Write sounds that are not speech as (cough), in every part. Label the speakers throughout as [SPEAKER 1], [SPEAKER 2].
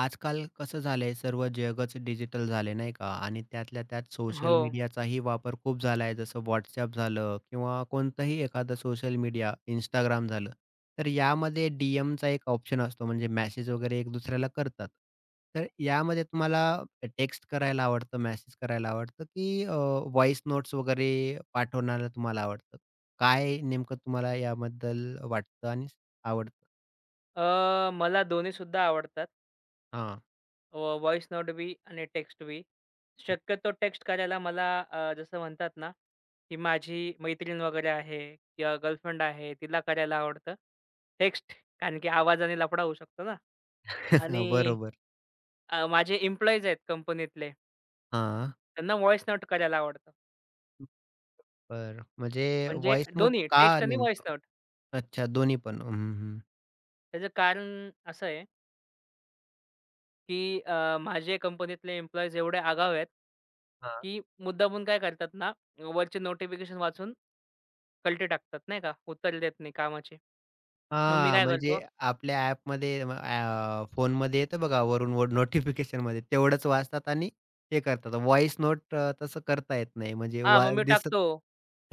[SPEAKER 1] आजकाल कसं झालंय सर्व जगच डिजिटल झाले नाही का? आणि त्यातल्या त्यात सोशल
[SPEAKER 2] हो.
[SPEAKER 1] मीडियाचाही वापर खूप झालाय. जसं WhatsApp झालं किंवा कोणतंही एखादं सोशल मीडिया, इंस्टाग्राम झालं. तर यामध्ये डी-एमचा एक ऑप्शन असतो म्हणजे मेसेज वगैरे एक दुसऱ्याला करतात. तर यामध्ये तुम्हाला टेक्स्ट करायला आवडतं, मेसेज करायला आवडतं की नोट्स वगैरे पाठवण्याला तुम्हाला आवडतं? काय नेमकं तुम्हाला याबद्दल वाटतं आणि आवडतं?
[SPEAKER 2] मला दोन्हीसुद्धा आवडतात.
[SPEAKER 1] हां.
[SPEAKER 2] व्हॉईस नोट बी आणि टेक्स्ट बी. शक्यतो टेक्स्ट करायला मला जसं म्हणतात ना, की माझी मैत्रीण वगैरे आहे किंवा गर्लफ्रेंड आहे, तिला करायला आवडतं. टेक्स्ट कारण की आवाजाने लफडा होऊ शकतो ना.
[SPEAKER 1] (laughs)
[SPEAKER 2] आणि
[SPEAKER 1] बरोबर.
[SPEAKER 2] माझे एम्प्लॉईज आहेत कंपनीतले,
[SPEAKER 1] हां.
[SPEAKER 2] त्यांना व्हॉईस नोट करायला आवडतं.
[SPEAKER 1] बरं. म्हणजे
[SPEAKER 2] म्हणजे
[SPEAKER 1] व्हॉईस मोड
[SPEAKER 2] दोन्ही
[SPEAKER 1] का
[SPEAKER 2] टेक्स्ट आणि व्हॉईस
[SPEAKER 1] नेमकं?
[SPEAKER 2] नोट.
[SPEAKER 1] अच्छा दोन्ही पण. हं, हं.
[SPEAKER 2] त्याचं कारण असं आहे की माझे कंपनीतले एम्प्लॉईज एवढे आगाऊ आहेत,
[SPEAKER 1] हां.
[SPEAKER 2] की मुद्दामून काय करतात ना, वरचे नोटिफिकेशन वाचून कलटे टाकतात नाही का, उत्तर देत नाही कामाचे. मग मी
[SPEAKER 1] हां,
[SPEAKER 2] काय
[SPEAKER 1] म्हणजे
[SPEAKER 2] करतो
[SPEAKER 1] आपल्या ॲपमध्ये फोनमध्ये येतं बघा वरून वर नोटिफिकेशनमध्ये तेवढंच वाचतात आणि हे करतात. व्हॉईस नोट तसं करता येत नाही म्हणजे
[SPEAKER 2] हां,
[SPEAKER 1] वा
[SPEAKER 2] मग मी
[SPEAKER 1] दिसत.
[SPEAKER 2] टाकतो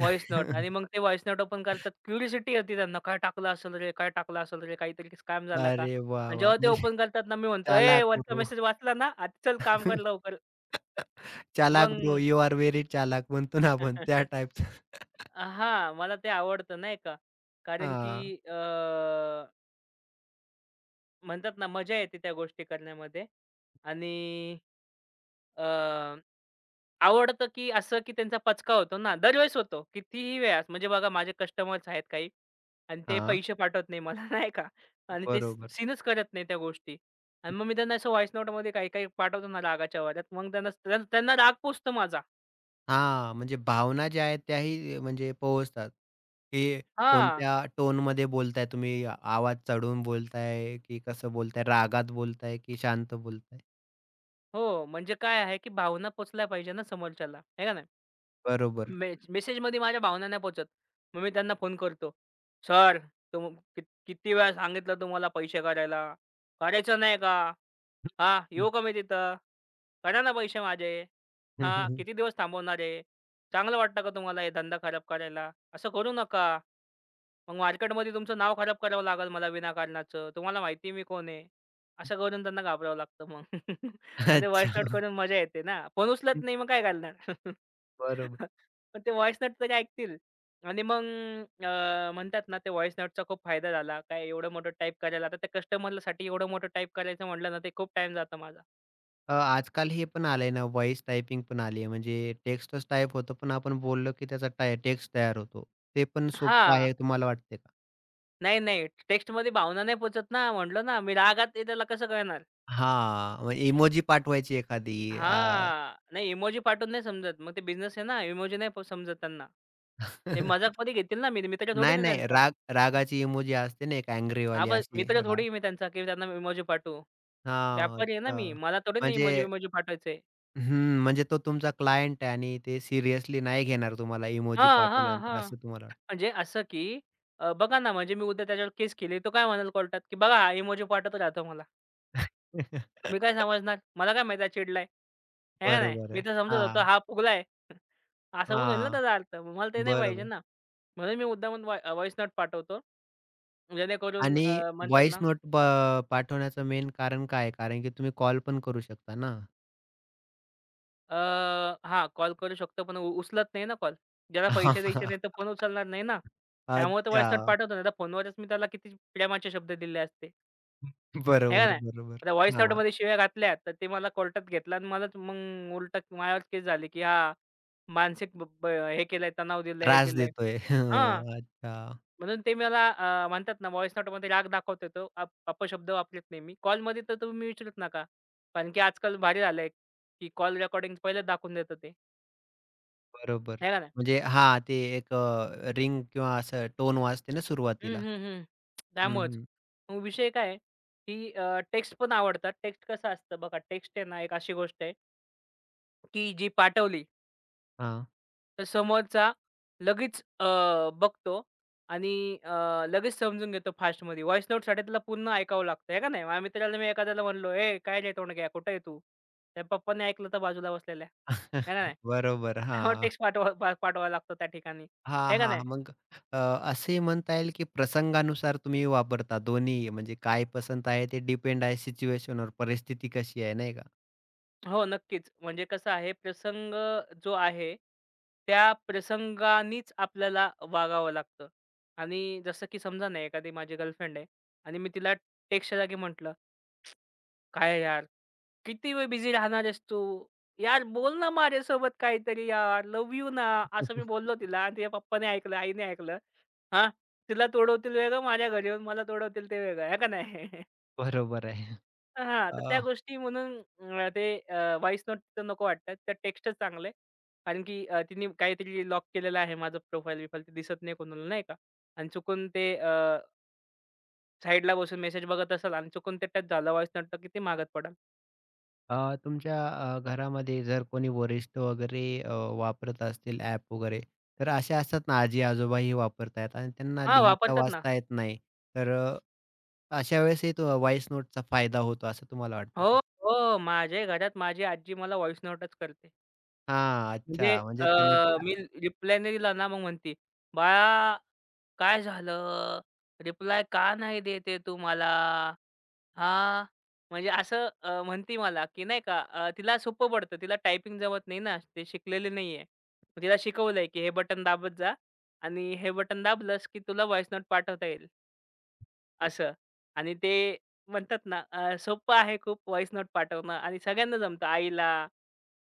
[SPEAKER 2] व्हॉईस नोट आणि मग ते व्हॉईस नोट ओपन करतात. क्युरिओसिटी होती त्यांना, काय टाकलं असेल रे? काय टाकलं असेल रे? काहीतरी स्कॅम झाला का?
[SPEAKER 1] अरे वाह!
[SPEAKER 2] आणि
[SPEAKER 1] वाह!
[SPEAKER 2] जेव्हा ते
[SPEAKER 1] म्हणजे
[SPEAKER 2] ओपन करतात ना, मी म्हणतो, "ए,
[SPEAKER 1] चालाख
[SPEAKER 2] वरचा
[SPEAKER 1] ब्रो.
[SPEAKER 2] मेसेज वाचला ना? आता चल काम कर
[SPEAKER 1] (laughs)
[SPEAKER 2] लवकर."
[SPEAKER 1] चालाख ब्रो,
[SPEAKER 2] मग
[SPEAKER 1] यू आर व्हेरी चालाख म्हणतो ना आपण त्या
[SPEAKER 2] (laughs)
[SPEAKER 1] टाइपचं.
[SPEAKER 2] हां, मला ते आवडतं नाही का, कारण की
[SPEAKER 1] हां,
[SPEAKER 2] म्हणतात ना मजा येते त्या गोष्टी करण्यामध्ये आणि अ, आवडतं की असं की त्यांचा पचका होतो ना दरवेळेस होतो कितीही वेळास. म्हणजे बघा माझे कस्टमर्स आहेत काही आणि ते
[SPEAKER 1] हां.
[SPEAKER 2] पैसे पाठवत नाही मला (laughs) नाही का आणि ते
[SPEAKER 1] बरोबर.
[SPEAKER 2] सीनच करत नाही त्या गोष्टी आणि मग मी त्यांना असं व्हॉइस नोटमध्ये काही काही पाठवतो ना रागाच्या वाऱ्यात मग त्यांना त्यांना राग पोचतो माझा.
[SPEAKER 1] हां, म्हणजे भावना ज्या आहेत त्याही म्हणजे पोहोचतात, की
[SPEAKER 2] हां.
[SPEAKER 1] कोणत्या टोनमध्ये बोलताय तुम्ही, आवाज चढवून बोलताय की कसं बोलताय, रागात बोलताय की शांत बोलताय?
[SPEAKER 2] हो, म्हणजे काय आहे की भावना पोचल्या पाहिजे ना समोरच्याला, आहे का नाही?
[SPEAKER 1] बरोबर.
[SPEAKER 2] मेसेजमध्ये माझ्या भावना नाही पोहोचत. मग मी त्यांना फोन करतो. "सर, तुम कि किती वेळा सांगितलं तुम्हाला पैसे करायला? करायचं नाही का? हां,
[SPEAKER 1] हं.
[SPEAKER 2] येऊ का मी तिथं? करा ना पैसे माझे. हां,
[SPEAKER 1] (laughs)
[SPEAKER 2] किती दिवस थांबवणार आहे? चांगलं वाटतं का तुम्हाला हे धंदा खराब करायला? असं करू नका." मग मार्केटमध्ये तुमचं नाव खराब करावं लागेल मला विनाकारणाचं. तुम्हाला माहिती आहे मी कोण आहे. असं करून त्यांना घाबरावं लागतं मग. (laughs) आणि ते व्हॉइस
[SPEAKER 1] अच्छा.
[SPEAKER 2] नोट करून मजा येते ना. फोन उचलत नाही मग काय घालणार?
[SPEAKER 1] बरोबर.
[SPEAKER 2] (laughs) पण ते व्हॉइस नोट तरी ऐकतील. आणि मग म्हणतात ना ते व्हॉइस नोटचा खूप फायदा झाला. काय एवढं मोठं टाईप करायला आता त्या कस्टमरसाठी एवढं मोठं टाईप करायचं म्हटलं ना, ते खूप टाईम जातो माझा.
[SPEAKER 1] आजकाल हे पण आलंय ना, व्हॉईस टायपिंग पण आली आहे. म्हणजे टेक्स्टच टाइप होतं, पण आपण बोललो की त्याचा टेक्स्ट तयार होतो. ते पण सोपं
[SPEAKER 2] हां.
[SPEAKER 1] आहे तुम्हाला वाटते का?
[SPEAKER 2] नाही, नाही. टेक्स्टमध्ये भावना नाही पोहचत ना. म्हटलं ना, मी रागात आहे त्याला कसं कळणार?
[SPEAKER 1] हां, इमोजी पाठवायची एखादी. अ
[SPEAKER 2] हां. नाही इमोजी पाठवून नाही समजत. मग ते बिझनेस आहे ना, इमोजी नाही समजत त्यांना. ते
[SPEAKER 1] (laughs)
[SPEAKER 2] मजाकमध्ये घेतील ना, मी मित्र थोडी
[SPEAKER 1] नाही,
[SPEAKER 2] ना
[SPEAKER 1] नाही.
[SPEAKER 2] त्यांचा.
[SPEAKER 1] राग रागाची इमोजी असते ना, एक angry वाली
[SPEAKER 2] आपण
[SPEAKER 1] अशी
[SPEAKER 2] मित्र
[SPEAKER 1] राग.
[SPEAKER 2] थोडी मी त्यांचा, की त्यांना इमोजी पाठवू.
[SPEAKER 1] हां,
[SPEAKER 2] व्यापारी आहे ना
[SPEAKER 1] अच्छा.
[SPEAKER 2] मी. मला थोडी ना
[SPEAKER 1] म्हणजे
[SPEAKER 2] इमोजी-विमोजी पाठवायचे.
[SPEAKER 1] हं, म्हणजे तो तुमचा क्लायंट आहे आणि ते सिरियसली नाही घेणार तुम्हाला इमोजी
[SPEAKER 2] हां, हां,
[SPEAKER 1] पाठवल्यानंतर
[SPEAKER 2] हां.
[SPEAKER 1] असं तुम्हाला वाटतं.
[SPEAKER 2] म्हणजे असं की बघा ना, म्हणजे मी उद्या त्याच्यावर केस केली, तो काय म्हणाल कोर्टात, की बघा हा इमोजी पाठवत राहतो मला. मी काय
[SPEAKER 1] (laughs)
[SPEAKER 2] समजणार? मला काय माहीत हा चिडलाय. आहे का नाही?
[SPEAKER 1] बरोबर
[SPEAKER 2] मी
[SPEAKER 1] आहे.
[SPEAKER 2] तर समजत होतो
[SPEAKER 1] हां,
[SPEAKER 2] हा फुगलाय. असा पण होईल ना
[SPEAKER 1] हां.
[SPEAKER 2] त्याचा अर्थ. मग मला ते नाही पाहिजे
[SPEAKER 1] बरोबर.
[SPEAKER 2] ना. म्हणून मी मुद्दामून व्हॉइस नोट पाठवतो. जेणेकरून
[SPEAKER 1] आणि
[SPEAKER 2] म्हणतात
[SPEAKER 1] व्हॉइस
[SPEAKER 2] ना
[SPEAKER 1] नोट पाठवण्याचं मेन कारण काय आहे? कारण की तुम्ही कॉल पण करू शकता ना.
[SPEAKER 2] अ, हां, कॉल करू शकतो, पण उचलत नाही ना कॉल. ज्याला पैसे द्यायचे नाही, तो
[SPEAKER 1] (laughs)
[SPEAKER 2] फोन उचलणार नाही ना. त्यामुळे तर व्हॉइस
[SPEAKER 1] अच्छा.
[SPEAKER 2] नोट पाठवतो, नाही तर फोनवरच मी त्याला किती प्रेमाचे शब्द दिले असते, आहे का
[SPEAKER 1] बरोबर,
[SPEAKER 2] नाही?
[SPEAKER 1] बरोबर.
[SPEAKER 2] आता व्हॉइस
[SPEAKER 1] हां,
[SPEAKER 2] नोटमध्ये शिव्या घातल्या, तर ते मला कोर्टात घेतलं आणि मलाच मग उलटं माझ्यावर केस झाली, की हां, मानसिक ब ब हे केलंय, तणाव दिलंय, हे
[SPEAKER 1] त्रास
[SPEAKER 2] दिलंय.
[SPEAKER 1] देतोय.
[SPEAKER 2] हां.
[SPEAKER 1] (laughs) अच्छा.
[SPEAKER 2] म्हणून ते मला म्हणतात ना व्हॉइस नोटमध्ये राग दाखवतो तो अपशब्द वापरत नाही मी. कॉलमध्ये तर तुम्ही विचारूच नका. कारण की आजकाल भारी झालंय, की कॉल रेकॉर्डिंग पहिलेच दाखवून देतं ते.
[SPEAKER 1] बरोबर.
[SPEAKER 2] है का नाही?
[SPEAKER 1] म्हणजे हां, ते एक रिंग किंवा असं टोन वाजते ना
[SPEAKER 2] हं,
[SPEAKER 1] सुरुवातीला.
[SPEAKER 2] हं, हं.
[SPEAKER 1] हं,
[SPEAKER 2] त्यामुळेच.
[SPEAKER 1] हं.
[SPEAKER 2] मग विषय काय आहे, की टेक्स्ट पण आवडतात. टेक्स्ट कसं असतं बघा, टेक्स्ट आहे ना एक अशी गोष्ट आहे, की जी पाठवली
[SPEAKER 1] हां.
[SPEAKER 2] तर समोरचा लगेच बघतो आणि लगेच समजून घेतो फास्टमध्ये. व्हॉइस नोटसाठी त्याला पूर्ण ऐकावं लागतं, आहे का नाही? माझ्या मित्राला मी एखाद्याला म्हणलो, "ए, काय रे तोंडक्या, कुठे आहे तू?" त्या पप्पांनी ऐकलं तर बाजूला बसलेल्या, आहे का नाही?
[SPEAKER 1] (laughs) बरोबर.
[SPEAKER 2] त्यामुळे
[SPEAKER 1] हां.
[SPEAKER 2] टेक्स्ट पाठवा पा पाठवावा लागतो त्या ठिकाणी,
[SPEAKER 1] हां,
[SPEAKER 2] आहे का
[SPEAKER 1] हां.
[SPEAKER 2] नाही?
[SPEAKER 1] मग अ, असंही म्हणता येईल की प्रसंगानुसार तुम्ही वापरता दोन्ही. म्हणजे काय पसंत आहे ते डिपेंड आहे सिच्युएशनवर, परिस्थिती कशी आहे नाही का?
[SPEAKER 2] हो, नक्कीच. म्हणजे कसं आहे, प्रसंग जो आहे, त्या प्रसंगानीच आपल्याला वागावं लागतं. आणि जसं की समजा ना, एखादी माझी गर्लफ्रेंड आहे आणि मी तिला टेक्स्टच्या जागी म्हटलं, "काय यार?" किती वेळ बिझी राहणार आहेस तू? यार बोल ना माझ्यासोबत काहीतरी यार, लव्ह यू ना, असं मी
[SPEAKER 1] (laughs)
[SPEAKER 2] बोललो तिला आणि तिच्या पप्पाने ऐकलं, आईने ऐकलं. हां, तिला तुडवतील वेगळं, माझ्या घरी येऊन मला तुडवतील ते वेगळं, आहे का नाही? (laughs)
[SPEAKER 1] बरोबर आहे.
[SPEAKER 2] हां,
[SPEAKER 1] अ,
[SPEAKER 2] तर त्या गोष्टी म्हणून अ, ते अ, नोट तर नको वाटतात. त्या टेक्स्टच चांगलं कारण की तिने काहीतरी लॉक केलेलं आहे माझं प्रोफाईल-बिफाईल ते दिसत नाही कोणाला, नाही का? आणि चुकून ते साईडला बसून मेसेज बघत असाल आणि चुकून ते टच झालं व्हॉईस नोट, तर किती मागत पडाल.
[SPEAKER 1] अ, तुमच्या घरामध्ये जर कोणी वरिष्ठ वगैरे वापरत असतील ॲप वगैरे, तर असे असतात ना, आजी-आजोबाही वापरतायत आणि त्यांना
[SPEAKER 2] हां,
[SPEAKER 1] लिहिता
[SPEAKER 2] वापरतात ना.
[SPEAKER 1] वाचता येत नाही. तर अशा वेळेस ही तो व्हॉईस नोटचा फायदा होतो असं तुम्हाला वाटतं
[SPEAKER 2] हो,
[SPEAKER 1] का?
[SPEAKER 2] हो. माझ्याही घरात माझी आजी मला व्हॉइस नोटच करते.
[SPEAKER 1] हां,
[SPEAKER 2] म्हणजे
[SPEAKER 1] अच्छा.
[SPEAKER 2] अ,
[SPEAKER 1] म्हणजे त्यांना का
[SPEAKER 2] मी रिप्लाय नाही दिला ना, मग म्हणती, "बाळा काय झालं? रिप्लाय का नाही देत तू मला? हां?" म्हणजे असं म्हणती मला, की नाही का तिला सोपं पडतं. तिला टायपिंग जमत नाही ना, ते शिकलेली नाहीये. मग तिला शिकवलंय, की हे बटन दाबत जा आणि हे बटन दाबलंस, की तुला व्हॉइस नोट पाठवता येईल. असं आणि ते म्हणतात ना सोपं आहे खूप व्हॉइस नोट पाठवणं आणि सगळ्यांना जमतं आईला,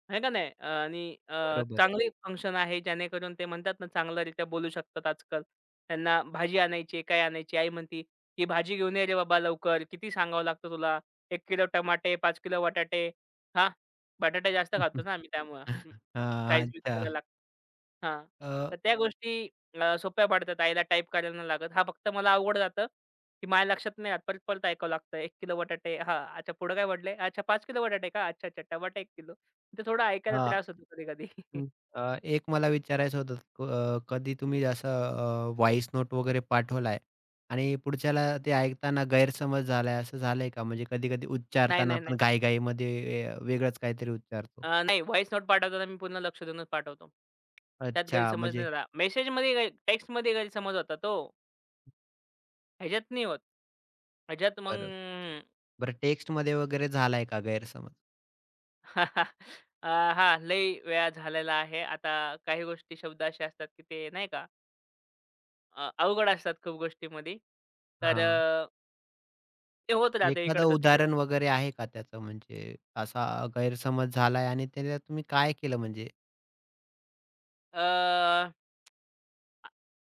[SPEAKER 2] आहे का नाही? आणि
[SPEAKER 1] बरोबर.
[SPEAKER 2] चांगली फंक्शन आहे जेणेकरून ते म्हणतात ना चांगल्यारीत्या बोलू शकतात आजकाल. त्यांना भाजी आणायची आहे, काय आणायची आहे? आई म्हणती, "ही भाजी घेऊन ये रे बाबा लवकर. किती सांगावं लागतं तुला? 1 किलो टमाटे, 5 किलो बटाटे." हां, बटाटे जास्त खातो ना
[SPEAKER 1] (laughs)
[SPEAKER 2] आम्ही त्यामुळं.
[SPEAKER 1] हां,
[SPEAKER 2] फ्राईज-बीज करायला
[SPEAKER 1] अच्छा.
[SPEAKER 2] लागतात. हां.
[SPEAKER 1] अ,
[SPEAKER 2] तर त्या गोष्टी सोप्या पडतात आईला टाइप करायला नाही लागत. हा फक्त मला अवघड जातं, की माझ्या लक्षात नाही राहत. परत-परत ऐकावं लागतं. 1 किलो बटाटे हां, अच्छा पुढं काय म्हटले? अच्छा 5 किलो बटाटे का? अच्छा, अच्छा टमाटा 1 किलो. ते थोडं ऐकायला
[SPEAKER 1] हां.
[SPEAKER 2] त्रास होतो कधी-कधी. (laughs)
[SPEAKER 1] हं. एक मला विचारायचं होतं, कधी तुम्ही असं व्हॉईस नोट वगैरे पाठवलाय आणि पुढच्याला ते ऐकताना गैरसमज झालाय असं झालंय का? म्हणजे कधी-कधी
[SPEAKER 2] नाही,
[SPEAKER 1] उच्चारताना
[SPEAKER 2] नाही,
[SPEAKER 1] आपण
[SPEAKER 2] नाही.
[SPEAKER 1] घाई वेगळंच काहीतरी उच्चारतो.
[SPEAKER 2] नाही व्हॉइस नोट पाठवताना मी पूर्ण लक्ष देऊनच पाठवतो. त्यात
[SPEAKER 1] अच्छा
[SPEAKER 2] गैरसमज नाही
[SPEAKER 1] म्हणजे
[SPEAKER 2] झाला. मेसेजमध्ये गैर टेक्स्टमध्ये गैरसमज होतात हो. ह्याच्यात नाही होत. ह्याच्यात मग
[SPEAKER 1] बरं. बरं, टेक्स्टमध्ये वगैरे झालाय का गैरसमज?
[SPEAKER 2] (laughs) अ, हां, लई वेळा झालेला आहे. आता काही गोष्टी शब्द असे असतात, की ते नाही का अवघड असतात खूप गोष्टींमध्ये. तर
[SPEAKER 1] हां.
[SPEAKER 2] ते होत राहतं
[SPEAKER 1] एखादं
[SPEAKER 2] इकडचं-तिकडं.
[SPEAKER 1] उदाहरण वगैरे आहे का त्याचं, म्हणजे असा गैरसमज झालाय आणि त्याला तुम्ही काय केलं म्हणजे?
[SPEAKER 2] अ,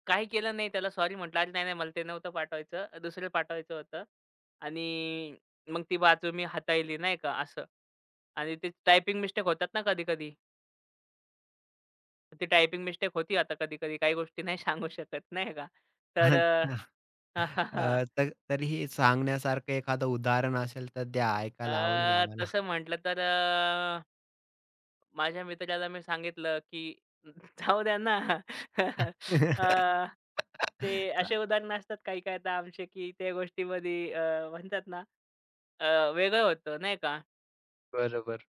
[SPEAKER 2] काही केलं नाही त्याला सॉरी म्हटलं. "अरे, नाही-नाही मला ते नव्हतं पाठवायचं, दुसरं पाठवायचं होतं." आणि मग ती बाजू मी हाताळली नाही का असं. आणि ते टायपिंग मिस्टेक होतात ना कधी-कधी. ती टायपिंग मिस्टेक होती आता कधी-कधी. काही गोष्टी नाही सांगू शकत नाही का. तर
[SPEAKER 1] अच्छा.
[SPEAKER 2] (laughs)
[SPEAKER 1] तर तरीही सांगण्यासारखं एखादं उदाहरण असेल तर द्या, ऐकायला आवडेल आम्हाला.
[SPEAKER 2] तसं म्हटलं तर माझ्या मित्राला मी सांगितलं, की (laughs) जाऊ द्या ना. (laughs)
[SPEAKER 1] (laughs)
[SPEAKER 2] अ, ते
[SPEAKER 1] चा
[SPEAKER 2] असे उदाहरणं असतात काही काही आता आमचे, की त्या गोष्टीमध्ये म्हणतात ना अ, वेगळं होतं नाही का
[SPEAKER 1] बरोबर.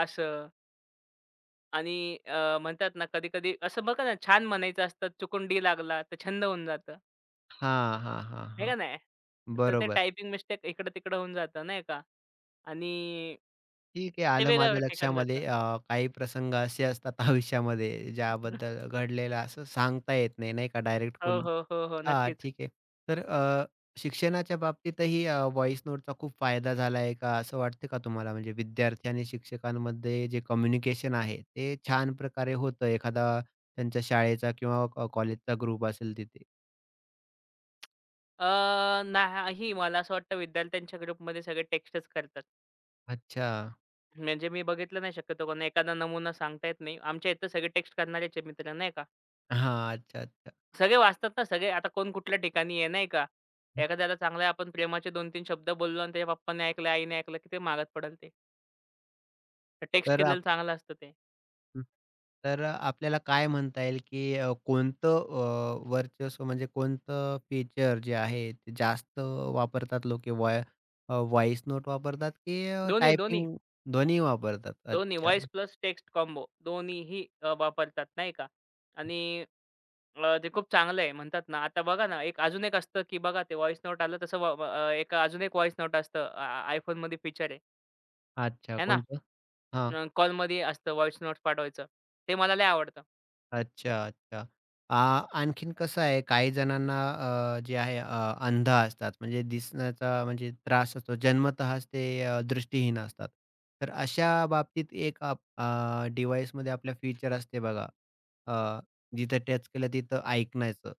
[SPEAKER 2] असं. आणि म्हणतात ना कधी-कधी असं बघा ना छान म्हणायचं असतं, चुकून डी लागला तर छंद होऊन जातं,
[SPEAKER 1] हां, हां, हां,
[SPEAKER 2] आहे
[SPEAKER 1] हां.
[SPEAKER 2] का नाही? तर ते
[SPEAKER 1] बरोबर.
[SPEAKER 2] टायपिंग मिस्टेक इकडं-तिकडं होऊन जातं नाही का? आणि
[SPEAKER 1] ठीक आहे,
[SPEAKER 2] ते
[SPEAKER 1] आलं
[SPEAKER 2] वेगळं
[SPEAKER 1] माझ्या
[SPEAKER 2] ठिकाण जातं.
[SPEAKER 1] लक्षामध्ये. काही प्रसंग असे असतात (laughs) आयुष्यामध्ये ज्याबद्दल
[SPEAKER 2] (laughs)
[SPEAKER 1] घडलेलं असं सांगता येत नाही, नाही का डायरेक्ट
[SPEAKER 2] हो, हो, हो, हो.
[SPEAKER 1] हां,
[SPEAKER 2] नक्कीच.
[SPEAKER 1] ठीक आहे. तर शिक्षणाच्या बाबतीतही व्हॉईस नोटचा खूप फायदा झाला आहे का, असं वाटतं का तुम्हाला? म्हणजे विद्यार्थी आणि शिक्षकांमध्ये जे कम्युनिकेशन आहे, ते छान प्रकारे होतं एखादा त्यांच्या शाळेचा किंवा कॉलेजचा ग्रुप असेल तिथे?
[SPEAKER 2] नाही मला असं वाटतं विद्यार्थ्यांच्या ग्रुपमध्ये सगळे टेक्स्टच करतात.
[SPEAKER 1] अच्छा.
[SPEAKER 2] म्हणजे मी बघितलं नाही शक्यतो कोण एखादा नमुना सांगता येत नाही. आमच्या इथं सगळे टेक्स्ट करणारेच आहे मित्र नाही का.
[SPEAKER 1] हां, अच्छा, अच्छा.
[SPEAKER 2] सगळे वाचतात ना सगळे आता कोण कुठल्या ठिकाणी आहे नाही का. एखाद्याला चांगलं आहे, आपण प्रेमाचे 2-3 शब्द बोललो आणि त्याच्या पप्पाने ऐकलं, आईने ऐकलं, किती मागात पडेल ते. टेक्स्ट
[SPEAKER 1] तर
[SPEAKER 2] केलेलं चांगलं असतं ते.
[SPEAKER 1] हं. तर आपल्याला काय म्हणता येईल, की कोणतं वर्चस्व म्हणजे कोणतं फीचर जे आहे ते जास्त वापरतात लोकं, व्हॉईस नोट वापरतात की
[SPEAKER 2] दोन्ही, दोन्ही,
[SPEAKER 1] टायपिंग दोन्ही वापरतात?
[SPEAKER 2] दोन्ही
[SPEAKER 1] अच्छा.
[SPEAKER 2] व्हॉईस प्लस टेक्स्ट कॉम्बो दोन्हीही वापरतात नाही का. आणि ते खूप चांगलं आहे. म्हणतात ना, आता बघा ना, एक अजून एक असतं, की बघा ते व्हॉइस नोट आलं तसं व व अ, एक अजून एक व्हॉइस नोट असतं. iPhoneमध्ये फीचर आहे.
[SPEAKER 1] अच्छा
[SPEAKER 2] आहे ना,
[SPEAKER 1] कोणतं? हां.
[SPEAKER 2] कॉलमध्ये असतं व्हॉइस नोट्स पाठवायचं. ते मला लय आवडतं.
[SPEAKER 1] अच्छा, अच्छा. अ, आणखीन कसं आहे, काही जणांना जे आहे अंध असतात, म्हणजे दिसण्याचा म्हणजे त्रास असतो. जन्मतःच ते दृष्टीहीन असतात. तर अशा बाबतीत एक डिव्हाइसमध्ये फीचर असते बघा, अ, जिथं टच केलं तिथं ऐकण्याचं.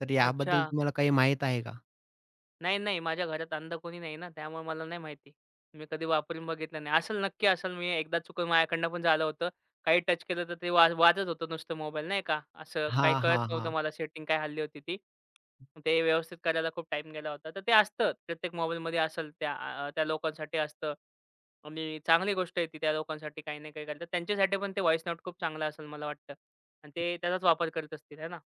[SPEAKER 1] तर
[SPEAKER 2] अच्छा,
[SPEAKER 1] याबद्दल तुम्हाला काही माहीत आहे का?
[SPEAKER 2] नाही, नाही. माझ्या घरात अंध कोणी नाही ना, त्यामुळे मला नाही माहिती. मी कधी वापरून बघितलं नाही. असेल, नक्की असेल. मी एकदा चुकून माझ्याकडनं पण झालं होतं. काही टच केलं तर ते वाजत होतं नुसतं मोबाईल नाही का. असं काही
[SPEAKER 1] हां,
[SPEAKER 2] कळत
[SPEAKER 1] हां, हां.
[SPEAKER 2] नव्हतं मला सेटिंग काय हल्ली होती ती. ते व्यवस्थित करायला खूप टाईम गेला होता. तर ते असतं प्रत्येक मोबाईलमध्ये असेल त्या त्या लोकांसाठी असतं आणि चांगली गोष्ट आहे ती त्या लोकांसाठी काही ना काही करतात. त्यांच्यासाठी पण ते व्हॉईस नोट खूप चांगला असेल मला वाटतं आणि ते त्याचाच वापर करत असतील, है ना?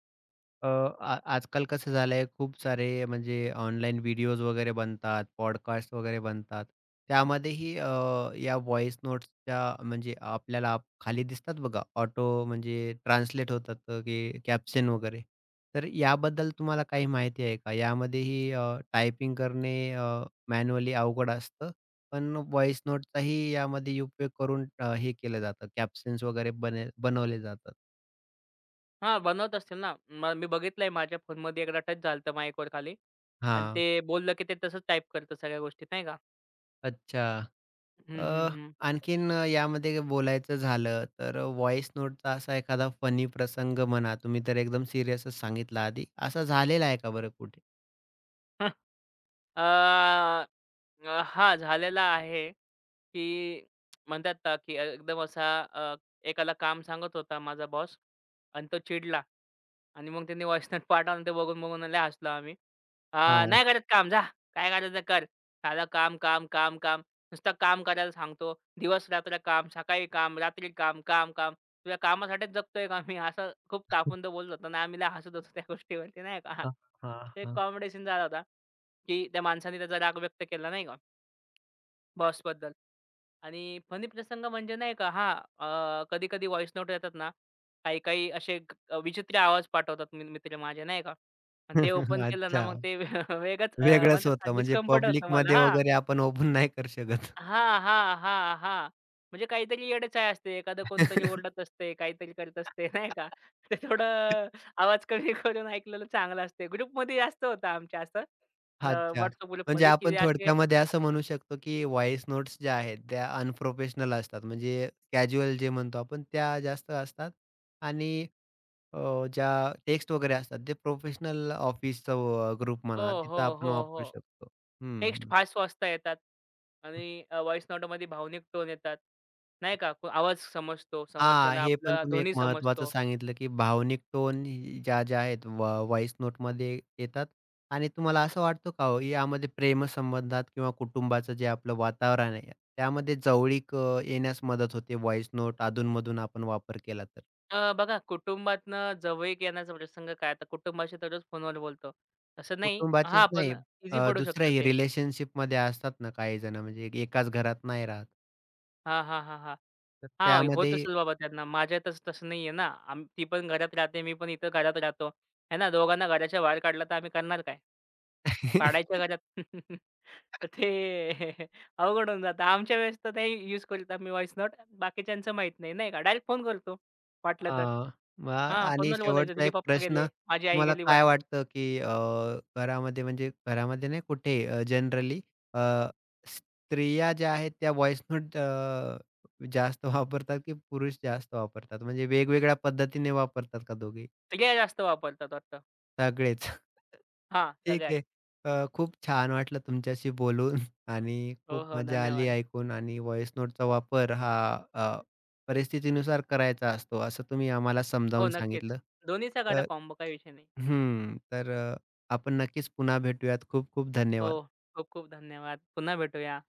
[SPEAKER 1] अ, आ आजकाल कसं झालंय, खूप सारे म्हणजे ऑनलाईन व्हिडिओज वगैरे बनतात, पॉडकास्ट वगैरे बनतात. त्यामध्येही या व्हॉईस नोट्सच्या म्हणजे आपल्याला खाली दिसतात बघा ऑटो म्हणजे ट्रान्सलेट होतात की कॅप्शन वगैरे. तर याबद्दल तुम्हाला काही माहिती आहे का? यामध्येही टायपिंग करणे मॅन्युअली अवघड असतं. पण व्हॉईस नोटचाही यामध्ये उपयोग करून हे केलं जातं, कॅप्शन्स वगैरे बनवले जातात.
[SPEAKER 2] हां, बनवत असतील ना. मी बघितलंय माझ्या फोनमध्ये एकदा टच झालं माईकवर खाली आणि
[SPEAKER 1] हां.
[SPEAKER 2] ते बोललं, की ते तसंच टाईप करतं सगळ्या गोष्टी नाही का.
[SPEAKER 1] अच्छा. अ,
[SPEAKER 2] हं, हं, हं.
[SPEAKER 1] आणखीन यामध्ये बोलायचं झालं तर व्हॉईस नोटचा असा एखादा फनी प्रसंग म्हणा, तुम्ही तर एकदम सीरियसच सांगितला आधी. असा झालेला आहे का बरं कुठे?
[SPEAKER 2] अ, अ, हां, (laughs) झालेला आहे, की म्हणतात ना, की एकदम असा अ, एकाला काम सांगत होता माझा बॉस आणि तो चिडला आणि मग त्यांनी व्हॉइस नोट पाठवला ते बघून-बघून लय हसलो आम्ही. अ,
[SPEAKER 1] हां.
[SPEAKER 2] नाही करत काम जा. काय करायचं कर. साधं काम, काम, काम, काम. नुसतं काम करायला सांगतो. दिवस-रात्र काम, सकाळी काम, रात्री काम, काम, काम. तुझ्या कामासाठीच जगतोय का मी? असं खूप तापून तो
[SPEAKER 1] (laughs)
[SPEAKER 2] बोलत होता आणि आम्ही लय हसत होतो त्या गोष्टीवरती नाही का.
[SPEAKER 1] हां, हां,
[SPEAKER 2] ते
[SPEAKER 1] हां.
[SPEAKER 2] कॉमेडी झाला होता, की त्या माणसाने त्याचा राग व्यक्त केला नाही का बॉसबद्दल. आणि फनी प्रसंग म्हणजे नाही का हां, कधी-कधी व्हॉइस नोट येतात ना, काही-काही असे विचित्र आवाज पाठवतात मित्र माझे नाही का. आणि ते
[SPEAKER 1] (laughs)
[SPEAKER 2] ओपन केलं ना,
[SPEAKER 1] अच्छा.
[SPEAKER 2] मग ते (laughs) वेगळंच
[SPEAKER 1] वेगळंच
[SPEAKER 2] म्हणतात
[SPEAKER 1] होतं म्हणजे
[SPEAKER 2] डिस्कम्फर्ट होतं मला
[SPEAKER 1] पब्लिकमध्ये
[SPEAKER 2] हां.
[SPEAKER 1] वगैरे आपण ओपन नाही करू शकत.
[SPEAKER 2] हां, हां, हां, हां. म्हणजे काहीतरी येडे-चाळे असते. एखादं कोणतरी
[SPEAKER 1] (laughs)
[SPEAKER 2] ओरडत असते, काहीतरी करत असते (laughs) नाही का. ते थोडं आवाज कमी करून ऐकलेलं चांगलं असते. ग्रुपमध्ये जास्त होतं आमच्या असं अ,
[SPEAKER 1] अच्छा. म्हणजे
[SPEAKER 2] ग्रुपमध्ये की
[SPEAKER 1] आपण
[SPEAKER 2] असे
[SPEAKER 1] थोडक्यामध्ये असं म्हणू शकतो, की व्हॉईस नोट्स ज्या आहेत त्या अनप्रोफेशनल असतात. म्हणजे कॅज्युअल जे म्हणतो आपण त्या जास्त असतात. आणि ज्या टेक्स्ट वगैरे असतात, ते प्रोफेशनल ऑफिसचं ग्रुप
[SPEAKER 2] हो,
[SPEAKER 1] म्हणा, तिथं
[SPEAKER 2] हो,
[SPEAKER 1] आपण
[SPEAKER 2] हो, हो.
[SPEAKER 1] वापरू शकतो. हं,
[SPEAKER 2] टेक्स्ट
[SPEAKER 1] हं.
[SPEAKER 2] फास्ट वाचता येतात आणि व्हॉइस नोटमध्ये भावनिक टोन येतात. नाही का? आवाज समजतो,
[SPEAKER 1] हां,
[SPEAKER 2] समोरच्याला
[SPEAKER 1] हे पण
[SPEAKER 2] आपला
[SPEAKER 1] तुम्ही एक
[SPEAKER 2] ध्वनी
[SPEAKER 1] महत्त्वाचं
[SPEAKER 2] समजतो.
[SPEAKER 1] सांगितलं, की भावनिक टोन ज्या-ज्या आहेत व्हॉईस नोटमध्ये येतात. आणि तुम्हाला असं वाटतं का हो, यामध्ये प्रेमसंबंधात किंवा कुटुंबाचं जे आपलं वातावरण आहे, त्यामध्ये जवळीक येण्यास मदत होते व्हॉईस नोट अधून-मधून आपण वापर केला तर?
[SPEAKER 2] बघा कुटुंबातनं जवळीक येण्याचा प्रसंग काय आता कुटुंबाशी तर रोज फोनवर बोलतो. तसं नाही
[SPEAKER 1] कुटुंबाचीच
[SPEAKER 2] हां, पण
[SPEAKER 1] नाही,
[SPEAKER 2] ईझी पडू शकतं
[SPEAKER 1] दुसऱ्याही
[SPEAKER 2] ते.
[SPEAKER 1] रिलेशनशिपमध्ये असतात ना काही जण, म्हणजे एकाच घरात नाही राहत.
[SPEAKER 2] हां, हां, हां, हां.
[SPEAKER 1] तर
[SPEAKER 2] हां, होत
[SPEAKER 1] त्यामध्ये
[SPEAKER 2] असेल बाबा त्यांना. माझ्यातच तसं तसं नाहीये ना. ती पण घरात राहते, मी पण इथं घरात राहतो. आहे ना, दोघांना घराच्या बाहेर काढलं तर आम्ही करणार काय? पाडायच्या
[SPEAKER 1] (laughs)
[SPEAKER 2] घरात (laughs) तर ते (laughs) अवघड होऊन जातं. आमच्या वेळेस तर ते यूज करत आम्ही व्हॉइस नोट. बाकीच्यांचं माहीत नाही, नाही का. डायरेक्ट फोन करतो वाटलं तर.
[SPEAKER 1] हां. मग
[SPEAKER 2] हां,
[SPEAKER 1] आणि (laughs)
[SPEAKER 2] फोनवर बोलायचं.
[SPEAKER 1] शेवटचा
[SPEAKER 2] तिचे
[SPEAKER 1] एक
[SPEAKER 2] पप्पा
[SPEAKER 1] प्रश्न,
[SPEAKER 2] गेले, माझी आई
[SPEAKER 1] तुम्हाला
[SPEAKER 2] गेली
[SPEAKER 1] काय
[SPEAKER 2] बाहेर.
[SPEAKER 1] वाटतं, की घरामध्ये म्हणजे घरामध्ये नाही कुठे, जनरली स्त्रिया ज्या आहेत त्या व्हॉईस नोट जास्त वापरतात, की पुरुष जास्त वापरतात? म्हणजे वेगवेगळ्या पद्धतीने वापरतात का दोघे?
[SPEAKER 2] सगळ्या जास्त वापरतात वाटतं.
[SPEAKER 1] सगळेच?
[SPEAKER 2] हां,
[SPEAKER 1] ठीक
[SPEAKER 2] सगळ्यात.
[SPEAKER 1] आहे. खूप छान वाटलं तुमच्याशी बोलून (laughs) आणि
[SPEAKER 2] हो,
[SPEAKER 1] खूप
[SPEAKER 2] हो.
[SPEAKER 1] मजा आली
[SPEAKER 2] धन्यवाद.
[SPEAKER 1] ऐकून. आणि व्हॉइस नोटचा वापर हा अ, परिस्थितीनुसार करायचा असतो, असं तुम्ही आम्हाला
[SPEAKER 2] हो,
[SPEAKER 1] समजावून
[SPEAKER 2] नक्कीच.
[SPEAKER 1] सांगितलं.
[SPEAKER 2] दोन्हीचा करा
[SPEAKER 1] तर
[SPEAKER 2] कॉम्बो काही विषय नाही.
[SPEAKER 1] हं. तर आपण नक्कीच पुन्हा भेटूयात. खूप खूप
[SPEAKER 2] हो,
[SPEAKER 1] धन्यवाद.
[SPEAKER 2] खूप खूप धन्यवाद. पुन्हा भेटूया.